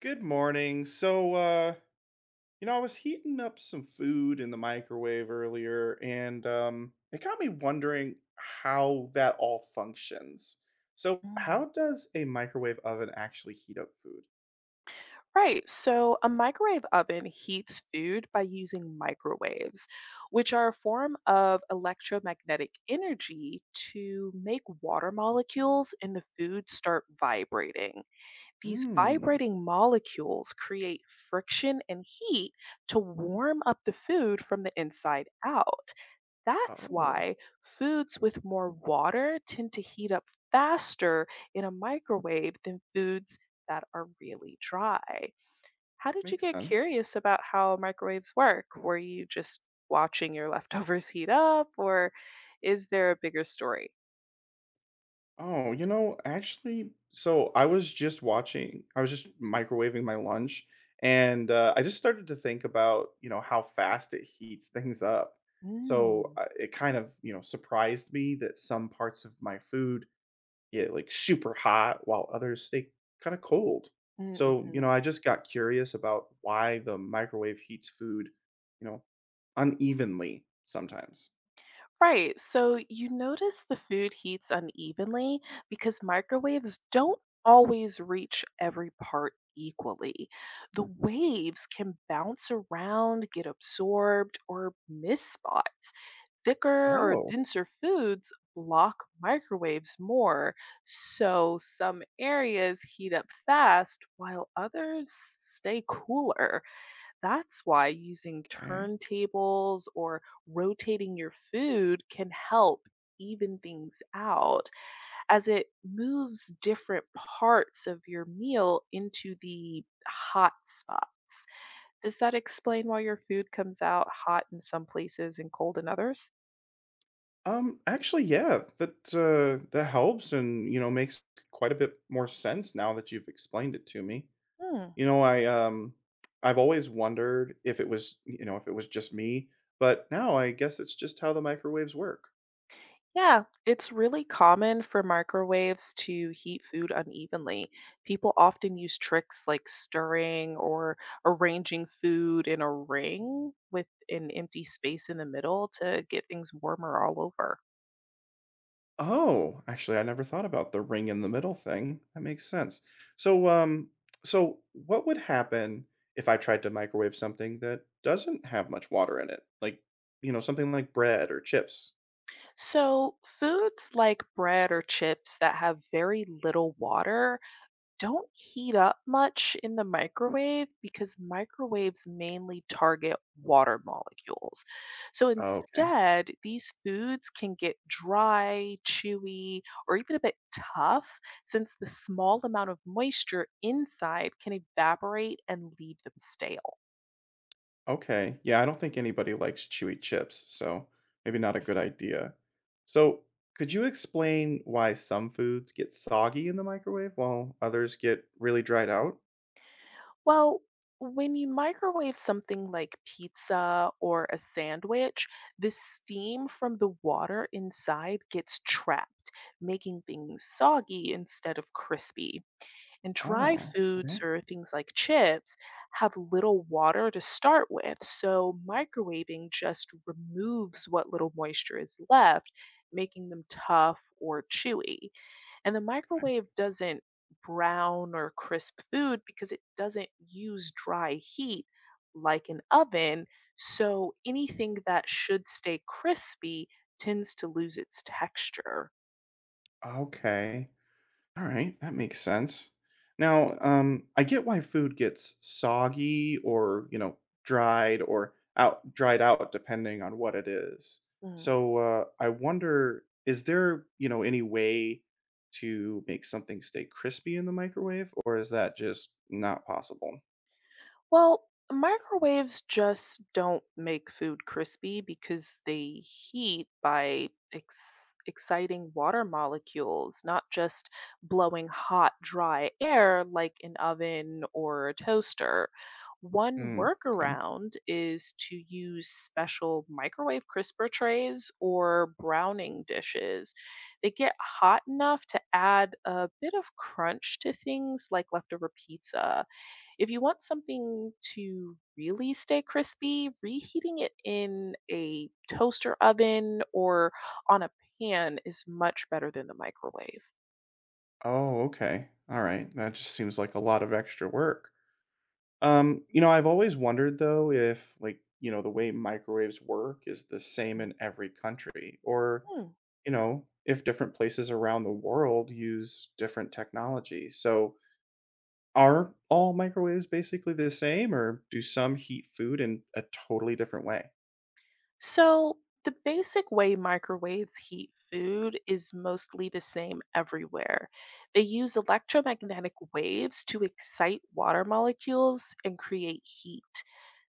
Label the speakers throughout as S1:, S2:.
S1: Good morning. I was heating up some food in the microwave earlier, and it got me wondering how that all functions. So,
S2: Mm.
S1: how does a microwave oven actually heat up food?
S2: Right. So a microwave oven heats food by using microwaves, which are a form of electromagnetic energy to make water molecules in the food start vibrating. These
S1: Hmm.
S2: vibrating molecules create friction and heat to warm up the food from the inside out. That's
S1: Oh,
S2: why foods with more water tend to heat up faster in a microwave than foods that are really dry. How did you
S1: makes
S2: get
S1: sense.
S2: curious about how microwaves work? Were you just watching your leftovers heat up, or is there a bigger story?
S1: So I was just watching, I was just microwaving my lunch, and I just started to think about, how fast it heats things up. So
S2: Mm,
S1: it kind of, surprised me that some parts of my food get like super hot while others stay kind of cold. So,
S2: mm,
S1: I just got curious about why the microwave heats food, you know, unevenly sometimes.
S2: Right. So you notice the food heats unevenly because microwaves don't always reach every part equally. The waves can bounce around, get absorbed, or miss spots. Thicker or
S1: Oh,
S2: denser foods block microwaves more, so some areas heat up fast while others stay cooler. That's why using
S1: okay.
S2: turntables or rotating your food can help even things out as it moves different parts of your meal into the hot spots. Does that explain why your food comes out hot in some places and cold in others?
S1: Actually, yeah, that that helps, and you know makes quite a bit more sense now that you've explained it to me.
S2: Hmm.
S1: You know, I've always wondered if it was you know if it was just me, but now I guess it's just how the microwaves work.
S2: Yeah, it's really common for microwaves to heat food unevenly. People often use tricks like stirring or arranging food in a ring with an empty space in the middle to get things warmer all over.
S1: Oh, actually, I never thought about the ring in the middle thing. That makes sense. So, um, so what would happen if I tried to microwave something that doesn't have much water in it, like something like bread or chips?
S2: So, foods like bread or chips that have very little water don't heat up much in the microwave because microwaves mainly target water molecules. So
S1: Oh, okay.
S2: instead, these foods can get dry, chewy, or even a bit tough since the small amount of moisture inside can evaporate and leave them stale.
S1: Okay. Yeah, I don't think anybody likes chewy chips, so maybe not a good idea. So, could you explain why some foods get soggy in the microwave while others get really dried out?
S2: Well, when you microwave something like pizza or a sandwich, the steam from the water inside gets trapped, making things soggy instead of crispy. And dry
S1: Oh,
S2: foods
S1: okay.
S2: or things like chips have little water to start with, so microwaving just removes what little moisture is left, making them tough or chewy. And the microwave doesn't brown or crisp food because it doesn't use dry heat like an oven. So anything that should stay crispy tends to lose its texture.
S1: Okay. All right, that makes sense. Now, I get why food gets soggy or, dried or out dried out depending on what it is. So, I wonder, is there, any way to make something stay crispy in the microwave, or is that just not possible?
S2: Well, microwaves just don't make food crispy because they heat by exciting water molecules, not just blowing hot, dry air like an oven or a toaster. One
S1: Mm, okay.
S2: workaround is to use special microwave crisper trays or browning dishes. They get hot enough to add a bit of crunch to things like leftover pizza. If you want something to really stay crispy, reheating it in a toaster oven or on a pan is much better than the microwave.
S1: Oh, okay. All right. That just seems like a lot of extra work. I've always wondered though if the way microwaves work is the same in every country or,
S2: Hmm.
S1: if different places around the world use different technology. So, are all microwaves basically the same or do some heat food in a totally different way?
S2: So, the basic way microwaves heat food is mostly the same everywhere. They use electromagnetic waves to excite water molecules and create heat.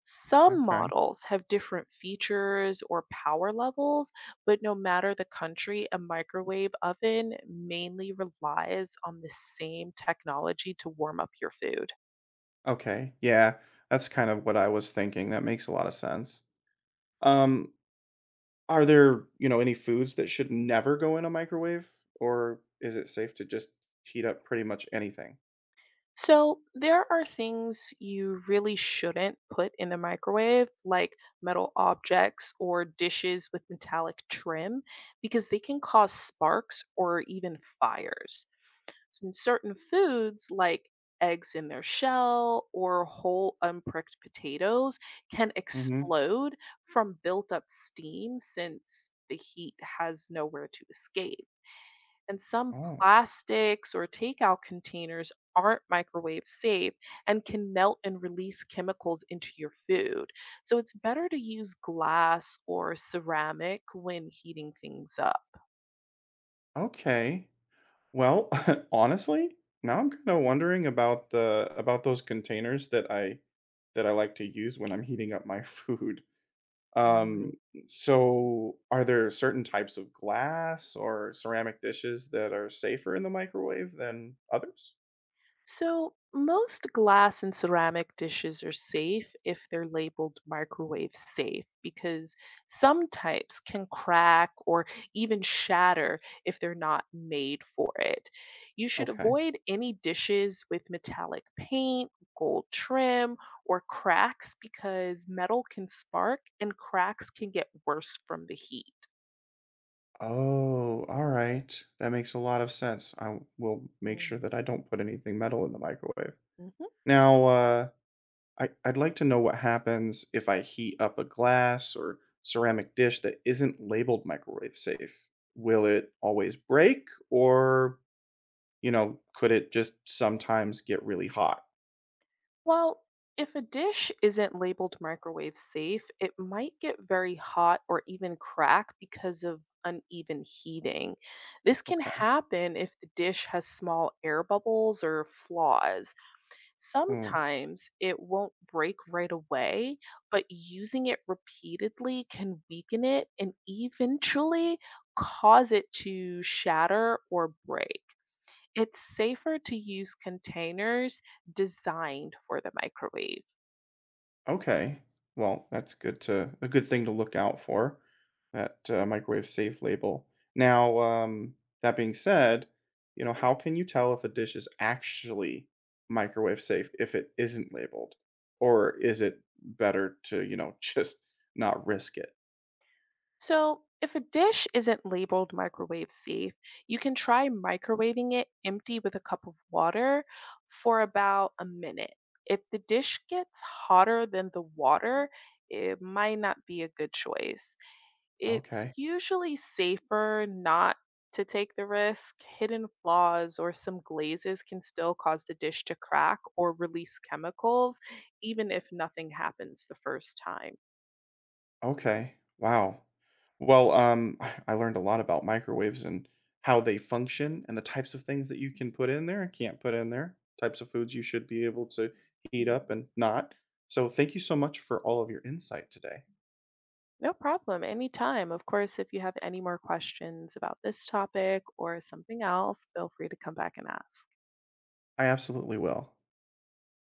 S2: Some
S1: Okay.
S2: models have different features or power levels, but no matter the country, a microwave oven mainly relies on the same technology to warm up your food.
S1: Okay. Yeah. That's kind of what I was thinking. That makes a lot of sense. Um Are there, any foods that should never go in a microwave, or is it safe to just heat up pretty much anything?
S2: So, there are things you really shouldn't put in the microwave, like metal objects or dishes with metallic trim, because they can cause sparks or even fires. In certain foods, like eggs in their shell or whole unpricked potatoes, can
S1: Mhm.
S2: explode from built up steam since the heat has nowhere to escape. And some
S1: Oh,
S2: plastics or takeout containers aren't microwave safe and can melt and release chemicals into your food. So it's better to use glass or ceramic when heating things up.
S1: okay. Well, honestly, now I'm kinda wondering about the about those containers that I like to use when I'm heating up my food. Um, so are there certain types of glass or ceramic dishes that are safer in the microwave than others?
S2: So, most glass and ceramic dishes are safe if they're labeled microwave safe, because some types can crack or even shatter if they're not made for it. You should
S1: Okay.
S2: avoid any dishes with metallic paint, gold trim, or cracks because metal can spark and cracks can get worse from the heat.
S1: Oh, all right. That makes a lot of sense. I will make sure
S2: Mhm.
S1: that I don't put anything metal in the microwave. Now, I'd like to know what happens if I heat up a glass or ceramic dish that isn't labeled microwave safe. Will it always break, or, could it just sometimes get really hot?
S2: Well, if a dish isn't labeled microwave safe, it might get very hot or even crack because of uneven heating. This can
S1: Okay.
S2: happen if the dish has small air bubbles or flaws. Sometimes it won't break right away, but using it repeatedly can weaken it and eventually cause it to shatter or break. It's safer to use containers designed for the microwave.
S1: Okay. Well, that's good to a good thing to look out for, that, microwave safe label. Now, that being said, how can you tell if a dish is actually microwave safe if it isn't labeled? Or is it better to, just not risk it?
S2: So, if a dish isn't labeled microwave safe, you can try microwaving it empty with a cup of water for about a minute. If the dish gets hotter than the water, it might not be a good choice. It's
S1: Okay.
S2: usually safer not to take the risk. Hidden flaws or some glazes can still cause the dish to crack or release chemicals, even if nothing happens the first time.
S1: Okay. Wow. Well, I learned a lot about microwaves and how they function and the types of things that you can put in there and can't put in there, types of foods you should be able to heat up and not. So, thank you so much for all of your insight today.
S2: No problem. Anytime. Of course, if you have any more questions about this topic or something else, feel free to come back and ask.
S1: I absolutely will.